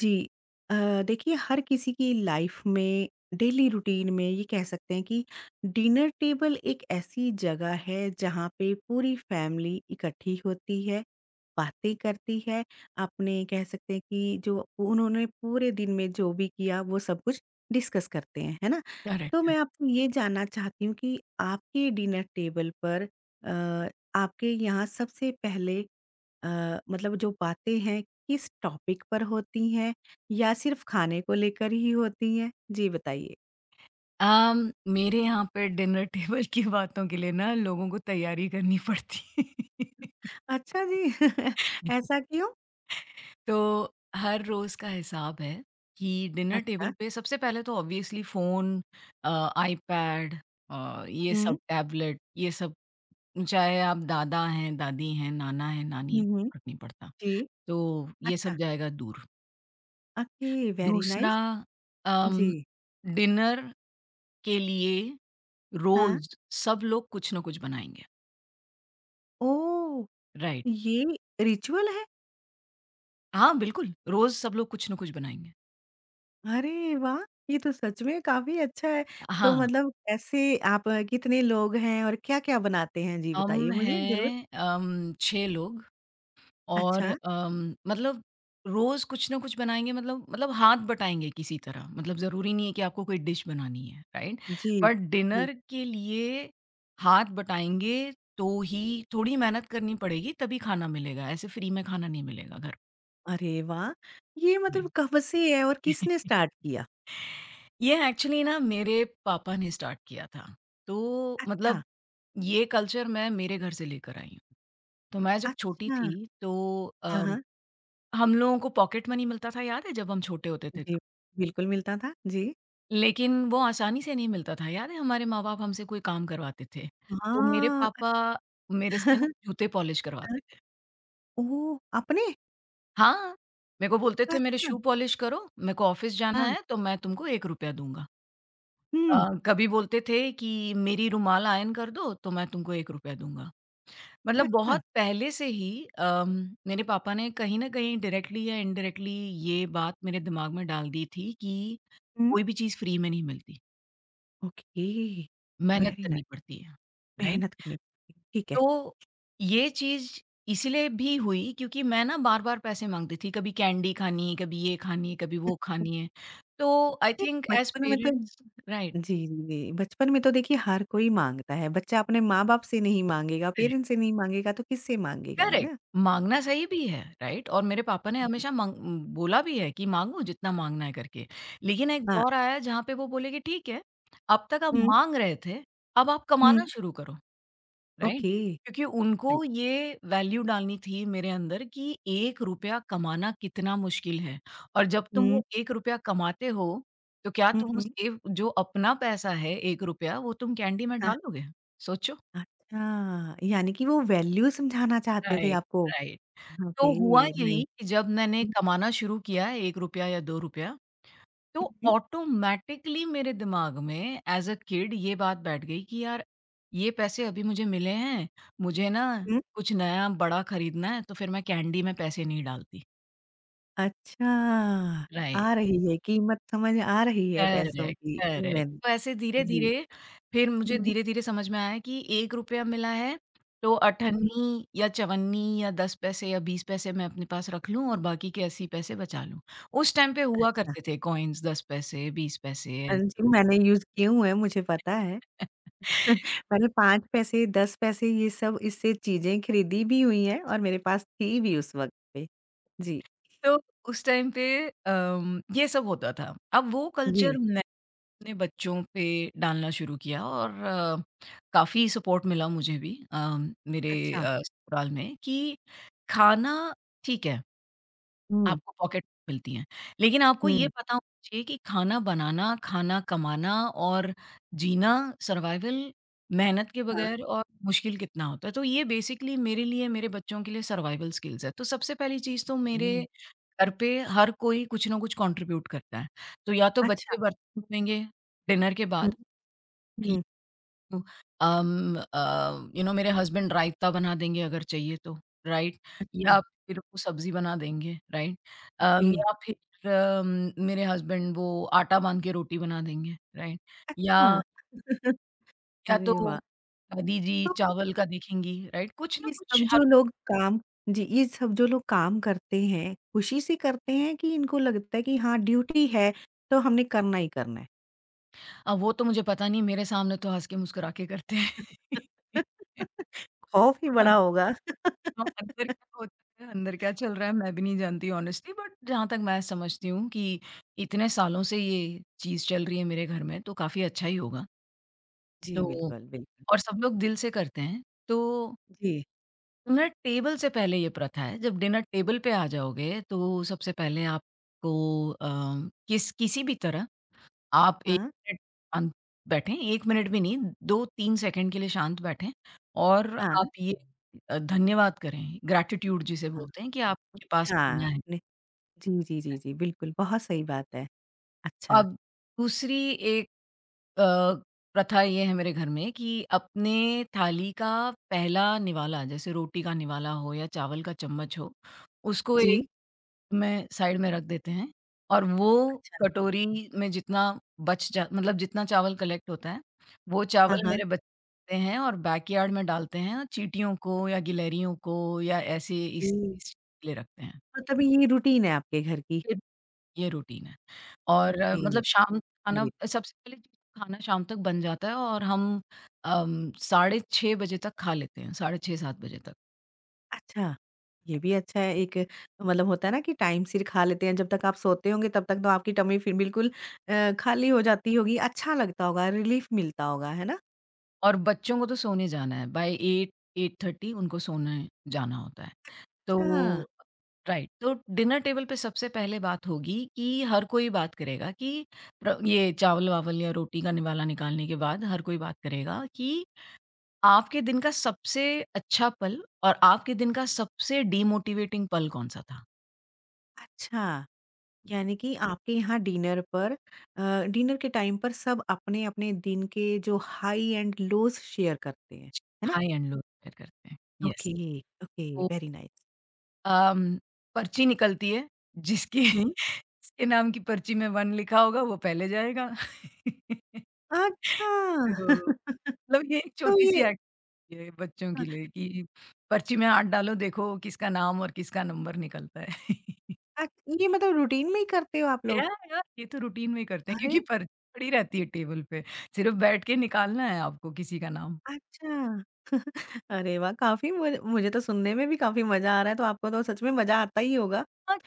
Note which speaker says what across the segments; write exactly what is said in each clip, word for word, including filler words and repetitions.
Speaker 1: जी। अ, देखिए हर किसी की लाइफ में डेली रूटीन में ये कह सकते हैं कि डिनर टेबल एक ऐसी जगह है जहाँ पे पूरी फैमिली इकट्ठी होती है, बातें करती है, अपने कह सकते हैं कि जो उन्होंने पूरे दिन में जो भी किया वो सब कुछ डिस्कस करते हैं, है ना?
Speaker 2: करेक्ट
Speaker 1: तो मैं
Speaker 2: करेक्ट।
Speaker 1: आपसे ये जानना चाहती हूँ कि आपके डिनर टेबल पर अ, आपके यहाँ सबसे पहले अ, मतलब जो बातें हैं किस टॉपिक पर होती हैं या सिर्फ खाने को लेकर ही होती हैं? जी बताइए।
Speaker 2: अम, मेरे यहाँ पे डिनर टेबल की बातों के लिए ना लोगों को तैयारी करनी पड़ती है।
Speaker 1: अच्छा जी। ऐसा क्यों?
Speaker 2: तो हर रोज़ का हिसाब है कि डिनर
Speaker 1: अच्छा।
Speaker 2: टेबल पे सबसे पहले तो obviously phone, uh, iPad, uh, ये
Speaker 1: हुँ।
Speaker 2: सब टैबलेट, ये सब, चाहे आप दादा हैं, दादी हैं, नाना है, नानी
Speaker 1: हुँ,
Speaker 2: है,
Speaker 1: हुँ।
Speaker 2: फ़र्क नहीं पड़ता।
Speaker 1: जी।
Speaker 2: तो ये
Speaker 1: अच्छा।
Speaker 2: सब जाएगा दूर।
Speaker 1: ओके, वेरी
Speaker 2: दूसरा,
Speaker 1: नाइस।
Speaker 2: अम,
Speaker 1: जी।
Speaker 2: डिनर के लिए
Speaker 1: हाँ।
Speaker 2: रोज़ सब लोग कुछ ना कुछ बनाएँगे,
Speaker 1: ओह!
Speaker 2: राइट।
Speaker 1: ये रिचुअल है?
Speaker 2: हाँ, बिल्कुल, रोज़ सब लोग कुछ ना कुछ बनाएँगे।
Speaker 1: अरे वाह! ये तो सच में काफ़ी अच्छा है। तो
Speaker 2: हाँ,
Speaker 1: मतलब कैसे आप अ, कितने लोग हैं और क्या-क्या बनाते हैं? जी बताइए
Speaker 2: हम
Speaker 1: मुझे ज़रूर।
Speaker 2: हैं अम, छह लोग, और
Speaker 1: अच्छा।
Speaker 2: अम, मतलब रोज़ कुछ ना कुछ बनाएँगे, मतलब मतलब हाथ बटाएँगे किसी तरह, मतलब ज़रूरी नहीं है कि आपको कोई डिश बनानी है, राइट।
Speaker 1: जी।
Speaker 2: बट डिनर के लिए हाथ बटाएँगे तो ही थोड़ी मेहनत करनी पड़ेगी तभी खाना मिलेगा, ऐसे फ्री में खाना नहीं मिलेगा घर
Speaker 1: अरे वाह! ये मतलब
Speaker 2: में।
Speaker 1: कब से है और किसने स्टार्ट किया?
Speaker 2: ये एक्चुअली ना मेरे पापा ने स्टार्ट किया था। तो
Speaker 1: अच्छा।
Speaker 2: मतलब ये कल्चर मैं मेरे घर से लेकर आई हूँ। तो मैं जब छोटी
Speaker 1: अच्छा।
Speaker 2: थी, तो
Speaker 1: हाँ,
Speaker 2: अ,
Speaker 1: हाँ।
Speaker 2: हम लोगों को पॉकेट मनी मिलता था, याद है, जब हम छोटे होते थे
Speaker 1: जी,
Speaker 2: तब।
Speaker 1: बिल्कुल मिलता था। जी।
Speaker 2: लेकिन वो आसानी से नहीं मिलता था, याद है, हमारे माँ-बाप हमसे कोई काम करवाते थे। तो मेरे
Speaker 1: हाँ।
Speaker 2: पापा मेरे से ना जूते पॉलिश
Speaker 1: हाँ।
Speaker 2: करवाते थे।
Speaker 1: ओह! अपने?
Speaker 2: हाँ, मेरे को बोलते थे मेरे
Speaker 1: अच्छा।
Speaker 2: शू पॉलिश करो, मेरे को ऑफ़िस जाना
Speaker 1: हाँ।
Speaker 2: है, तो मैं तुमको ₹एक रुपया दूँगा। अ,
Speaker 1: हुँ।
Speaker 2: कभी बोलते थे कि मेरी रुमाल आयन कर दो, तो मैं तुमको ₹एक रुपया दूँगा। मतलब
Speaker 1: अच्छा।
Speaker 2: बहुत पहले से ही अम, मेरे पापा ने कहीं न कहीं डायरेक्टली या इनडायरेक्टली ये बात मेरे दिमाग में डाल दी थी कि
Speaker 1: हुँ।
Speaker 2: कोई भी चीज़ फ्री में नहीं मिलती,
Speaker 1: ओके,
Speaker 2: मेहनत
Speaker 1: वेरी नाइस।
Speaker 2: करनी पड़ती है, राइट?
Speaker 1: मेहनत करनी पड़ती है, ठीक है।
Speaker 2: तो ये चीज़ इसीलिए भी हुई क्योंकि मैं ना बार-बार पैसे माँगती थी, कभी कैंडी खानी है, कभी ये खानी है, कभी वो खानी है। तो आई
Speaker 1: फिर
Speaker 2: थिंक ऐज़
Speaker 1: बचपन में तो
Speaker 2: पेरेंट्स राइट,
Speaker 1: जी, जी, जी। बचपन में तो देखिए हर कोई माँगता है। बच्चा अपने माँ-बाप से नहीं माँगेगा, पेरेंट्स
Speaker 2: करेक्ट।
Speaker 1: से नहीं माँगेगा तो किससे माँगेगा, है
Speaker 2: करेक्ट,
Speaker 1: ना?
Speaker 2: माँगना सही भी है, राइट? और मेरे पापा ने
Speaker 1: बिल्कुल।
Speaker 2: हमेशा माँग उम, बोला भी है कि माँगो जितना माँगना है करके। लेकिन एक
Speaker 1: हाँ।
Speaker 2: दौर आया जहाँ पे वो बोले कि ठीक है, अब तक आप
Speaker 1: हुँ,
Speaker 2: माँग रहे थे, अब आप
Speaker 1: हुँ।
Speaker 2: कमाना शुरू करो, राइट?
Speaker 1: ओके।
Speaker 2: क्योंकि उनको ये वैल्यू डालनी थी मेरे अंदर कि ₹एक रुपया कमाना कितना मुश्किल है, और जब तुम
Speaker 1: हुँ।
Speaker 2: वो ₹एक रुपया कमाते हो, तो क्या
Speaker 1: हुँ,
Speaker 2: तुम
Speaker 1: हुँ।
Speaker 2: उस एक जो अपना पैसा है ₹एक रुपया वो तुम कैंडी में
Speaker 1: हाँ।
Speaker 2: डालोगे? सोचो।
Speaker 1: अच्छा, यानी कि वो वैल्यू समझाना चाहते थे
Speaker 2: राइट,
Speaker 1: आपको?
Speaker 2: राइट। तो
Speaker 1: ओके,
Speaker 2: हुआ यही
Speaker 1: नाइस।
Speaker 2: कि जब मैंने
Speaker 1: हुँ,
Speaker 2: कमाना शुरू किया एक रुपया या दो रुपया,
Speaker 1: हुँ,
Speaker 2: तो
Speaker 1: हुँ,
Speaker 2: ऑटोमैटिकली मेरे दिमाग में एज़ अ किड ये बात बैठ गई कि यार, ये पैसे अभी मुझे मिले हैं, मुझे ना
Speaker 1: हुँ।
Speaker 2: कुछ नया बड़ा खरीदना है, तो फिर मैं कैंडी में पैसे नहीं डालती।
Speaker 1: अच्छा,
Speaker 2: राइट।
Speaker 1: आ रही है कीमत समझ आ रही है पैसों
Speaker 2: करेक्ट,
Speaker 1: की
Speaker 2: करेक्ट।
Speaker 1: वैल्यू।
Speaker 2: तो ऐसे
Speaker 1: जी।
Speaker 2: धीरे-धीरे फिर मुझे
Speaker 1: हुँ,
Speaker 2: धीरे-धीरे समझ में आया कि ₹एक रुपया मिला है, तो
Speaker 1: हुँ।
Speaker 2: अट्ठानवे या चौवन या दस पैसे या बीस पैसे मैं अपने पास रख लूँ और बाकी के अस्सी पैसे बचा लूँ। उस टाइम पे हुआ
Speaker 1: अच्छा,
Speaker 2: करते थे कॉइन्स दस पैसे, बीस पैसे
Speaker 1: हाँ
Speaker 2: ऐसे।
Speaker 1: जी, मैंने यूज़ किए हुए हैं, मुझे पता है। मैंने पाँच पैसे, दस पैसे ये सब इससे चीज़ें खरीदी भी हुई हैं और मेरे पास थी भी उस वक़्त पे। जी,
Speaker 2: तो उस टाइम पे अम, ये सब होता था। अब वो
Speaker 1: जी।
Speaker 2: कल्चर अपने बच्चों पे डालना शुरू किया, और अ, काफ़ी सपोर्ट मिला मुझे भी, अ, मेरे
Speaker 1: अच्छा।
Speaker 2: अ, ससुराल में कि खाना ठीक है,
Speaker 1: हुँ,
Speaker 2: आपको पॉकेट मिलती हैं। लेकिन आपको ये
Speaker 1: हुँ।
Speaker 2: पता होना चाहिए कि खाना बनाना, खाना कमाना और जीना, सर्वाइवल मेहनत के
Speaker 1: हाँ,
Speaker 2: बगैर और मुश्किल कितना होता है। तो ये बेसिकली मेरे लिए, मेरे बच्चों के लिए सर्वाइवल स्किल्स है। तो सबसे पहली चीज़ तो मेरे
Speaker 1: जी।
Speaker 2: घर पे हर कोई कुछ ना कुछ कंट्रीब्यूट करता है। तो या तो
Speaker 1: अच्छा।
Speaker 2: बच्चे बर्तन धोएँगे डिनर के
Speaker 1: हुँ,
Speaker 2: बाद।
Speaker 1: हुँ।
Speaker 2: अम अ, यू नो मेरे हस्बैंड रायता बना देंगे अगर चाहिए तो, राइट?
Speaker 1: अच्छा,
Speaker 2: या फिर वो सब्ज़ी बना देंगे, राइट?
Speaker 1: ओके।
Speaker 2: अम, या फिर अम, मेरे हस्बैंड वो आटा बाँध के रोटी बना देंगे, राइट? या
Speaker 1: अच्छा।
Speaker 2: या तो
Speaker 1: अरे वाह!
Speaker 2: दादी जी
Speaker 1: तो
Speaker 2: चावल का देखेंगी, राइट? कुछ ना
Speaker 1: ये
Speaker 2: कुछ।
Speaker 1: सब
Speaker 2: हर
Speaker 1: जो लोग काम जी, ये सब जो लोग काम करते हैं, खुशी से करते हैं कि इनको लगता है कि हाँ, ड्यूटी है तो हमने करना ही करना है?
Speaker 2: अ, वो तो मुझे पता नहीं, मेरे सामने तो हँस के मुस्कुरा के करते हैं।
Speaker 1: खौफ ही बड़ा होगा।
Speaker 2: हाँ, अंदर क्या होता है, अंदर क्या चल रहा है मैं भी नहीं जानती ऑनेस्टली, बट जहाँ तक मैं समझती हूँ कि इतने सालों से ये चीज़ चल रही है मेरे घर में, तो काफ़ी अच्छा ही होगा।
Speaker 1: जी,
Speaker 2: तो
Speaker 1: बिल्कुल, बिल्कुल।
Speaker 2: और सब लोग दिल से करते हैं। तो
Speaker 1: जी।
Speaker 2: डिनर टेबल से पहले ये प्रथा है, जब डिनर टेबल पे आ जाओगे तो सबसे पहले आपको अ, किस किसी भी तरह आप एक
Speaker 1: हाँ,
Speaker 2: मिनट शांत बैठें, एक मिनट भी नहीं, दो तीन सेकंड के लिए शांत बैठें और
Speaker 1: हाँ,
Speaker 2: आप ये अ, धन्यवाद करें, ग्रैटिट्यूड जिसे
Speaker 1: हाँ।
Speaker 2: बोलते हैं कि आपके पास
Speaker 1: हाँ,
Speaker 2: दुनिया है।
Speaker 1: नहीं जी, जी, जी, जी, बिल्कुल, बहुत सही बात है। अच्छा,
Speaker 2: अब दूसरी एक अ, प्रथा ये है मेरे घर में कि अपने थाली का पहला निवाला, जैसे रोटी का निवाला हो या चावल का चम्मच हो, उसको
Speaker 1: जी,
Speaker 2: में साइड में रख देते हैं और वो
Speaker 1: अच्छा।
Speaker 2: कटोरी में जितना बच जा मतलब जितना चावल कलेक्ट होता है, वो
Speaker 1: हाँ,
Speaker 2: चावल
Speaker 1: हाँ।
Speaker 2: मेरे बच्चे हैं और बैकयार्ड में डालते हैं चींटियों को या गिलहरियों को या ऐसे इस
Speaker 1: हुँ,
Speaker 2: इस लिए रखते हैं।
Speaker 1: मतलब ये रूटीन है आपके घर की?
Speaker 2: फिर ये रूटीन है और अ,
Speaker 1: ओके,
Speaker 2: मतलब शाम खाना
Speaker 1: अरे
Speaker 2: सबसे पहले तो खाना शाम तक बन जाता है और हम अम, साढ़े छह बजे तक खा लेते हैं, साढ़े छह सात बजे तक,
Speaker 1: अच्छा, ये भी अच्छा है एक मतलब होता है ना कि टाइम सिर खा लेते हैं, जब तक आप सोते होंगे तब तक तो आपकी टमी फिर बिल्कुल अ, खाली हो जाती होगी, अच्छा लगता होगा, रिलीफ मिलता होगा, है ना?
Speaker 2: और बच्चों को तो सोने जाना है बाय आठ, साढ़े आठ उनको सोने जाना होता है।
Speaker 1: अच्छा,
Speaker 2: तो राइट, तो डिनर टेबल पे सबसे पहले बात होगी कि हर कोई बात करेगा कि प्र ये चावल-वावल या रोटी का निवाला निकालने के बाद हर कोई बात करेगा कि आपके दिन का सबसे अच्छा पल और आपके दिन का सबसे डिमोटिवेटिंग पल कौन-सा था?
Speaker 1: अच्छा, यानी कि आपके यहाँ डिनर पर अ, डिनर के टाइम पर सब अपने-अपने दिन के जो हाई एंड लोज़ शेयर करते हैं, है ना?
Speaker 2: हाई एंड लो शेयर करते हैं। यस।
Speaker 1: ओके, ओके,
Speaker 2: तो
Speaker 1: वेरी नाइस।
Speaker 2: अम, पर्ची निकलती है जिसकी
Speaker 1: हुँ,
Speaker 2: जिसके नाम की पर्ची में एक लिखा होगा वो पहले जाएगा।
Speaker 1: अच्छा!
Speaker 2: तो मतलब ये एक
Speaker 1: तो
Speaker 2: छोटी-सी
Speaker 1: ये
Speaker 2: एक्टिविटी है बच्चों
Speaker 1: अ,
Speaker 2: के लिए कि पर्ची में हाथ डालो, देखो किसका नाम और किसका नंबर निकलता है।
Speaker 1: अ, ये मतलब रूटीन में ही करते हो आप लोग?
Speaker 2: यार यार, ये तो रूटीन में ही करते हैं
Speaker 1: अरे!
Speaker 2: क्योंकि पर्ची पड़ी रहती है टेबल पे, सिर्फ़ बैठ के निकालना है आपको किसी का नाम।
Speaker 1: अच्छा। अरे वाह! काफ़ी मुझे मुझे तो सुनने में भी काफ़ी मज़ा आ रहा है, तो आपको तो सच में मज़ा आता ही होगा।
Speaker 2: हाँ,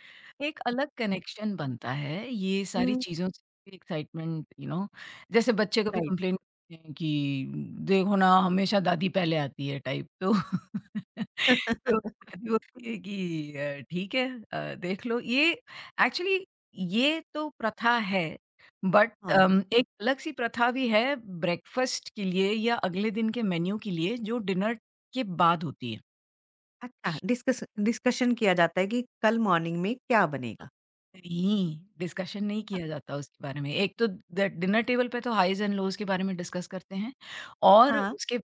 Speaker 2: एक अलग
Speaker 1: हुँ।
Speaker 2: कनेक्शन बनता है, ये सारी
Speaker 1: हुँ।
Speaker 2: चीज़ों से एक्साइटमेंट। यू नो जैसे बच्चे कभी
Speaker 1: राइट।
Speaker 2: कंप्लेन करते हैं कि देखो ना हमेशा दादी पहले आती है टाइप, तो तो दादी बोलती है कि अ, ठीक है, अ, देख लो ये एक्चुअली ये तो प्रथा है, बट
Speaker 1: हाँ।
Speaker 2: अम, एक अलग-सी प्रथा भी है ब्रेकफ़ास्ट के लिए या अगले दिन के मेन्यू के लिए जो डिनर के बाद होती है।
Speaker 1: अच्छा, डिस्कस डिस्कशन किया जाता है कि कल मॉर्निंग में क्या
Speaker 2: तो
Speaker 1: बनेगा?
Speaker 2: नहीं, डिस्कशन नहीं
Speaker 1: हाँ,
Speaker 2: किया जाता उसके बारे में। एक तो द डिनर टेबल पे तो हाइज़ एंड लोज़ के बारे में डिस्कस करते हैं और
Speaker 1: हाँ,
Speaker 2: उसके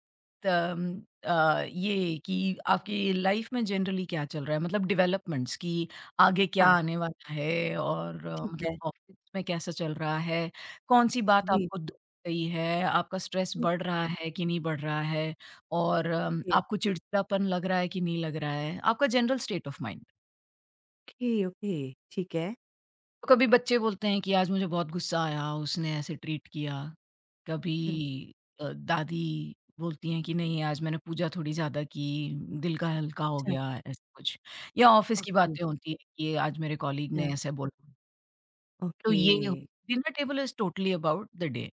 Speaker 2: तम अ, ये कि आपकी लाइफ़ में जनरली क्या चल रहा है, मतलब डेवलपमेंट्स, कि आगे क्या
Speaker 1: हाँ,
Speaker 2: आने वाला है, और अ,
Speaker 1: ठीक है।
Speaker 2: मतलब ऑफ़िस में कैसा चल रहा है, कौन-सी बात
Speaker 1: जी।
Speaker 2: आपको दुःख गई है, आपका स्ट्रेस बढ़ रहा है कि नहीं बढ़ रहा है, और अम,
Speaker 1: ओके।
Speaker 2: आपको चिड़चिड़ापन लग रहा है कि नहीं लग रहा है, आपका general state of mind.
Speaker 1: Okay, okay, ठीक है।
Speaker 2: कभी बच्चे बोलते हैं कि आज मुझे बहुत गुस्सा आया, उसने ऐसे ट्रीट किया।
Speaker 1: हुँ।
Speaker 2: कभी अ, दादी बोलती हैं कि नहीं, आज मैंने पूजा थोड़ी ज़्यादा की, दिल का हल्का हो
Speaker 1: अच्छा,
Speaker 2: गया, ऐसा कुछ। या ऑफ़िस की
Speaker 1: ओके,
Speaker 2: बातें होती हैं कि आज मेरे कॉलीग
Speaker 1: अच्छा।
Speaker 2: ने ऐसे बोला। तो
Speaker 1: ओके,
Speaker 2: ये dinner table is totally about the day.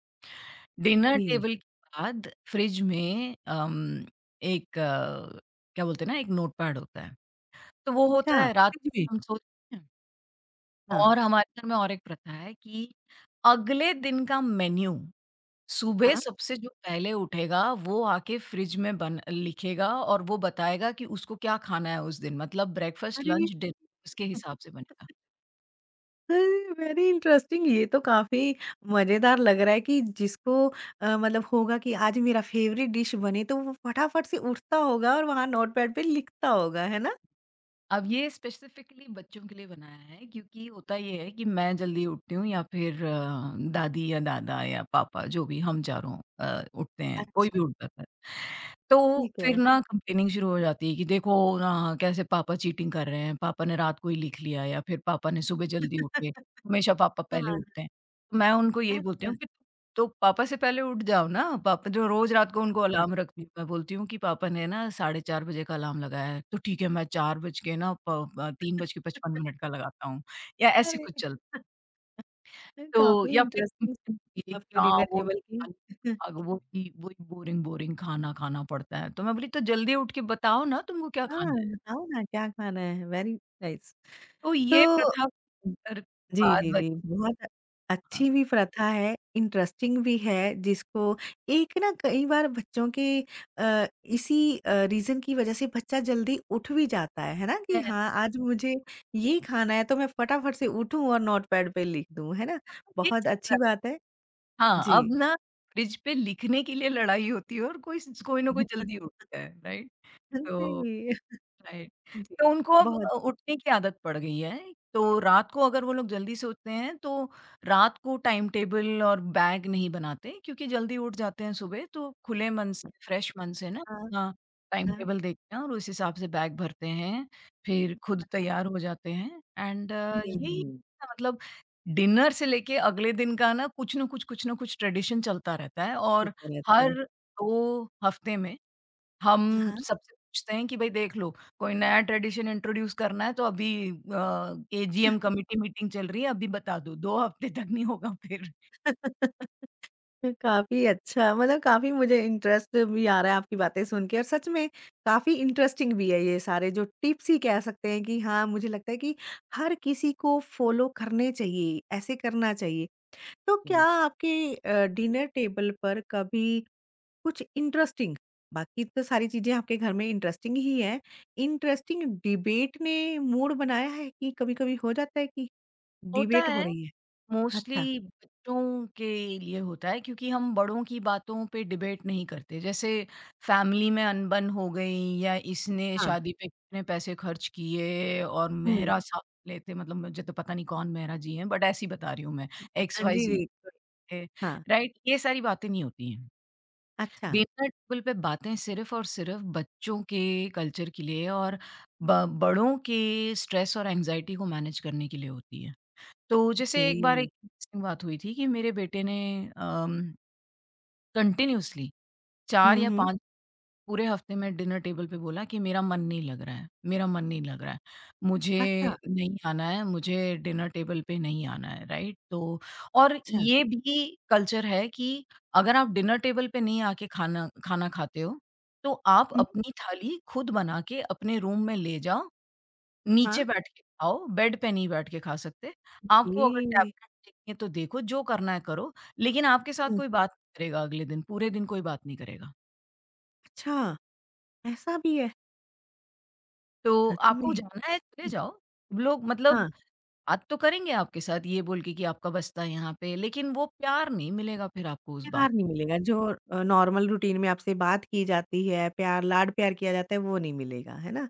Speaker 2: Dinner
Speaker 1: okay.
Speaker 2: Table के बाद फ्रिज में अम, एक अ, क्या बोलते हैं ना, एक नोटपैड होता है। तो वो होता
Speaker 1: अच्छा,
Speaker 2: है रात
Speaker 1: सच में?
Speaker 2: को हम सोते हैं
Speaker 1: हाँ।
Speaker 2: और हमारे घर में और एक प्रथा है कि अगले दिन का मेन्यू सुबह
Speaker 1: हाँ।
Speaker 2: सबसे जो पहले उठेगा वो आके फ्रिज में बन लिखेगा और वो बताएगा कि उसको क्या खाना है उस दिन, मतलब ब्रेकफास्ट,
Speaker 1: अरे!
Speaker 2: लंच, डिनर उसके हिसाब से बनेगा।
Speaker 1: वेरी इंटरेस्टिंग, ये तो काफी मजेदार लग रहा है कि जिसको अ, मतलब होगा कि आज मेरा फेवरेट डिश बने तो वो फटाफट से उठता होगा और वहां नोटपैड पे लिखता होगा, है ना?
Speaker 2: अब ये स्पेसिफिकली बच्चों के लिए बनाया है क्योंकि होता ये है कि मैं जल्दी उठती हूँ या फिर अ, दादी या दादा या पापा, जो भी, हम चारों अ, उठते हैं, कोई भी
Speaker 1: अच्छा,
Speaker 2: उठता है। तो
Speaker 1: ठीक
Speaker 2: फिर
Speaker 1: है।
Speaker 2: ना कंप्लेनिंग शुरू हो जाती है कि देखो ना कैसे पापा चीटिंग कर रहे हैं, पापा ने रात को ही लिख लिया, या फिर पापा ने सुबह जल्दी उठे, हमेशा पापा पहले
Speaker 1: हाँ,
Speaker 2: उठते हैं। तो मैं उनको यही बोलती
Speaker 1: अच्छा।
Speaker 2: हूँ कि तो पापा से पहले उठ जाओ ना, पापा जो रोज़ रात को उनको
Speaker 1: हाँ।
Speaker 2: अलार्म रखती हूँ, मैं बोलती हूँ कि पापा ने ना साढ़े चार बजे का अलार्म लगाया है, तो ठीक है मैं चार बज के ना प अ, तीन बज के पचपन मिनट का लगाता हूँ या ऐसे
Speaker 1: अरे।
Speaker 2: कुछ चल, तो
Speaker 1: काफी
Speaker 2: या फिर
Speaker 1: इंटरेस्टिंग
Speaker 2: ये कि
Speaker 1: आपके
Speaker 2: हाँ,
Speaker 1: डिनर
Speaker 2: वो
Speaker 1: टेबल की।
Speaker 2: अग वही वही बोरिंग, बोरिंग खाना खाना पड़ता है, तो मैं बोली तो जल्दी उठ के बताओ ना तुमको क्या
Speaker 1: हाँ,
Speaker 2: खाना है?
Speaker 1: बताओ ना क्या खाना है। Very nice.
Speaker 2: तो ये
Speaker 1: तो
Speaker 2: प्रथा कर-
Speaker 1: जी,
Speaker 2: बाद
Speaker 1: जी,
Speaker 2: में,
Speaker 1: जी, बहुत
Speaker 2: हाँ,
Speaker 1: अच्छी भी प्रथा है, इंटरेस्टिंग भी है, जिसको एक ना कई बार बच्चों के अ, इसी अ, रीज़न की वज़ह से बच्चा जल्दी उठ भी जाता है, है ना? कि
Speaker 2: है।
Speaker 1: हाँ, आज मुझे ये खाना है तो मैं फटाफट से उठूँ और नोटपैड पे लिख दूँ, है ना?
Speaker 2: ये
Speaker 1: बहुत अच्छी
Speaker 2: सब,
Speaker 1: बात है।
Speaker 2: हाँ,
Speaker 1: जी।
Speaker 2: अब ना फ्रिज पे लिखने के लिए लड़ाई होती है और कोई स कोई ना कोई जल्दी उठता है, राइट? तो
Speaker 1: जी,
Speaker 2: राइट।
Speaker 1: जी,
Speaker 2: तो उनको अब
Speaker 1: बहुत
Speaker 2: अ, उठने की आदत पड़ गई है, तो रात को अगर वो लोग जल्दी से उठते हैं, तो रात को टाइम टेबल और बैग नहीं बनाते क्योंकि जल्दी उठ जाते हैं सुबह, तो खुले मन से, फ्रेश मन से ना
Speaker 1: हाँ,
Speaker 2: अपना टाइम
Speaker 1: हाँ।
Speaker 2: टेबल देखते हैं और उस हिसाब से बैग भरते हैं, फिर खुद तैयार हो जाते हैं एंड
Speaker 1: हुँ,
Speaker 2: यही
Speaker 1: हुँ,
Speaker 2: ना, मतलब डिनर से लेके अगले दिन का ना कुछ न कुछ, कुछ न कुछ ट्रेडिशन चलता रहता है, और
Speaker 1: होता रहता
Speaker 2: हर
Speaker 1: है।
Speaker 2: दो हफ्ते में हम
Speaker 1: हाँ।
Speaker 2: सबसे पूछते हैं कि भाई देख लो, कोई नया ट्रेडिशन इंट्रोड्यूस करना है तो अभी अ, एजीएम कमिटी मीटिंग चल रही है, अभी बता दो, 2 हफ्ते तक नहीं होगा फिर।
Speaker 1: काफ़ी अच्छा, मतलब काफ़ी मुझे इंटरेस्ट भी आ रहा है आपकी बातें सुन के, और सच में काफ़ी इंटरेस्टिंग भी है ये सारे जो टिप्स ही कह सकते हैं कि हाँ, मुझे लगता है कि हर किसी को फॉलो करने चाहिए, ऐसे करना चाहिए। तो
Speaker 2: या
Speaker 1: क्या आपके अ, डिनर टेबल पर कभी कुछ इंटरेस्टिंग, बाकी तो सारी चीज़ें आपके घर में इंटरेस्टिंग ही हैं, इंटरेस्टिंग डिबेट ने मूड बनाया है कि कभी-कभी हो जाता है कि
Speaker 2: होता
Speaker 1: डिबेट हो
Speaker 2: है,
Speaker 1: रही है? अच्छा,
Speaker 2: मोस्टली बच्चों के लिए होता है क्योंकि हम बड़ों की बातों पे डिबेट नहीं करते। जैसे फैमिली में अनबन हो गई या इसने
Speaker 1: हाँ,
Speaker 2: शादी पे कितने पैसे खर्च किए और
Speaker 1: हुँ।
Speaker 2: मेहरा साहब लेते, मतलब मुझे तो पता नहीं कौन मेहरा जी हैं, बट ऐसी बता रही हूँ मैं, एक्स वाई
Speaker 1: जी, जी।
Speaker 2: ज़ेड थे,
Speaker 1: हाँ,
Speaker 2: राइट? ये सारी बातें नहीं होती हैं।
Speaker 1: अच्छा।
Speaker 2: डिनर टेबल पे बातें सिर्फ और सिर्फ बच्चों के कल्चर के लिए और ब बड़ों के स्ट्रेस और एंग्ज़ायटी को मैनेज करने के लिए होती है। तो
Speaker 1: ओके।
Speaker 2: जैसे एक बार एक इंटरेस्टिंग बात हुई थी कि मेरे बेटे ने अम, कंटिन्यूअसली चार
Speaker 1: हुँ,
Speaker 2: या
Speaker 1: हुँ।
Speaker 2: पांच पूरे हफ्ते में डिनर टेबल पे बोला कि मेरा मन नहीं लग रहा है, मेरा मन नहीं लग रहा है।
Speaker 1: अच्छा,
Speaker 2: मुझे नहीं आना है, मुझे डिनर टेबल पे नहीं आना है, राइट? तो और
Speaker 1: अच्छा।
Speaker 2: ये भी कल्चर है कि अगर आप डिनर टेबल पे नहीं आके खाना खाना खाते हो, तो आप
Speaker 1: हुँ,
Speaker 2: अपनी थाली खुद बना के अपने रूम में ले जाओ, नीचे
Speaker 1: हाँ।
Speaker 2: बैठ के खाओ, बेड पे नहीं बैठ के खा सकते।
Speaker 1: ओके।
Speaker 2: आपको अगर टैबलेट चाहिए तो देखो, जो करना है करो, लेकिन आपके साथ
Speaker 1: हुँ।
Speaker 2: कोई बात नहीं करेगा अगले दिन, पूरे दिन कोई बात नहीं करेगा।
Speaker 1: अच्छा, ऐसा भी है?
Speaker 2: तो
Speaker 1: सच
Speaker 2: आपको
Speaker 1: में?
Speaker 2: जाना है चले जाओ। लोग, मतलब
Speaker 1: हाँ,
Speaker 2: बात तो करेंगे आपके साथ ये बोल के कि आपका बस्ता है यहाँ पे, लेकिन वो प्यार नहीं मिलेगा फिर आपको उस बात
Speaker 1: प्यार नहीं
Speaker 2: में।
Speaker 1: मिलेगा जो अ, नॉर्मल रूटीन में आपसे बात की जाती है, प्यार लाड-प्यार किया जाता है, वो नहीं मिलेगा, है ना?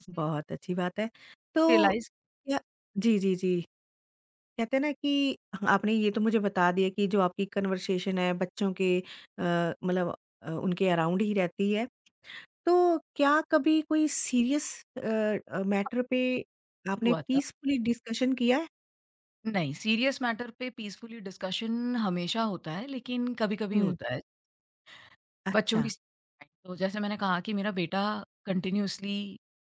Speaker 2: इसलिए
Speaker 1: बहुत अच्छी बात है। तो
Speaker 2: रियलाइज़
Speaker 1: क्या जी, जी, जी। कहते हैं ना कि हाँ, आपने ये तो मुझे बता दिया कि जो आपकी कन्वर्सेशन है बच्चों के अ, मतलब अ, उनके अराउंड ही रहती है। तो क्या कभी कोई सीरियस अ अ, मैटर पे आपने
Speaker 2: हुआ था।
Speaker 1: पीसफुली डिस्कशन किया है?
Speaker 2: नहीं, सीरियस मैटर पे पीसफुली डिस्कशन हमेशा होता है, लेकिन कभी-कभी
Speaker 1: हुँ,
Speaker 2: होता है। बच्चों
Speaker 1: अच्छा।
Speaker 2: की, तो जैसे मैंने कहा कि मेरा बेटा कंटिन्यूअसली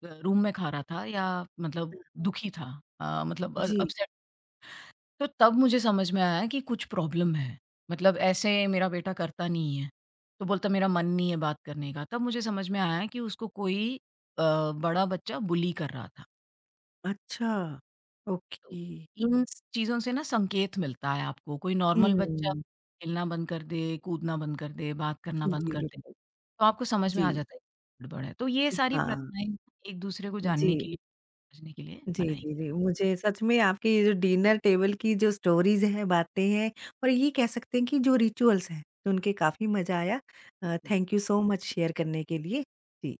Speaker 2: अ, रूम में खा रहा था या, मतलब, दुखी था, अ, मतलब अ,
Speaker 1: जी,
Speaker 2: अपसेट, तो तब मुझे समझ में आया कि कुछ प्रॉब्लम है। मतलब ऐसे मेरा बेटा करता नहीं है। तो बोलता मेरा मन नहीं है बात करने का। तब मुझे समझ में आया कि उसको कोई अ, बड़ा बच्चा बुली कर रहा था।
Speaker 1: अच्छा,
Speaker 2: तो
Speaker 1: ओके।
Speaker 2: इन स चीज़ों से ना संकेत मिलता है आपको। कोई नॉर्मल बच्चा
Speaker 1: हुँ,
Speaker 2: खेलना बंद कर दे, कूदना बंद कर दे, बात करना
Speaker 1: जी,
Speaker 2: बंद
Speaker 1: जी,
Speaker 2: कर दे।
Speaker 1: बिल्कुल।
Speaker 2: तो आपको समझ में
Speaker 1: जी,
Speaker 2: आ जाता है कि गड़बड़ है। तो ये
Speaker 1: जी,
Speaker 2: सारी
Speaker 1: हाँ,
Speaker 2: प्रथाएँ एक दूसरे को जानने के
Speaker 1: जी,
Speaker 2: लिए, समझने के लिए
Speaker 1: जी,
Speaker 2: बनाई
Speaker 1: जी, जी। मुझे सच में आपके ये जो डिनर टेबल की जो स्टोरीज़ हैं, बातें हैं और ये कह सकते हैं कि जो रिचुअल्स हैं, सुन के काफ़ी मज़ा आया। अ,
Speaker 2: गई।
Speaker 1: Thank you so much share करने के लिए। जी।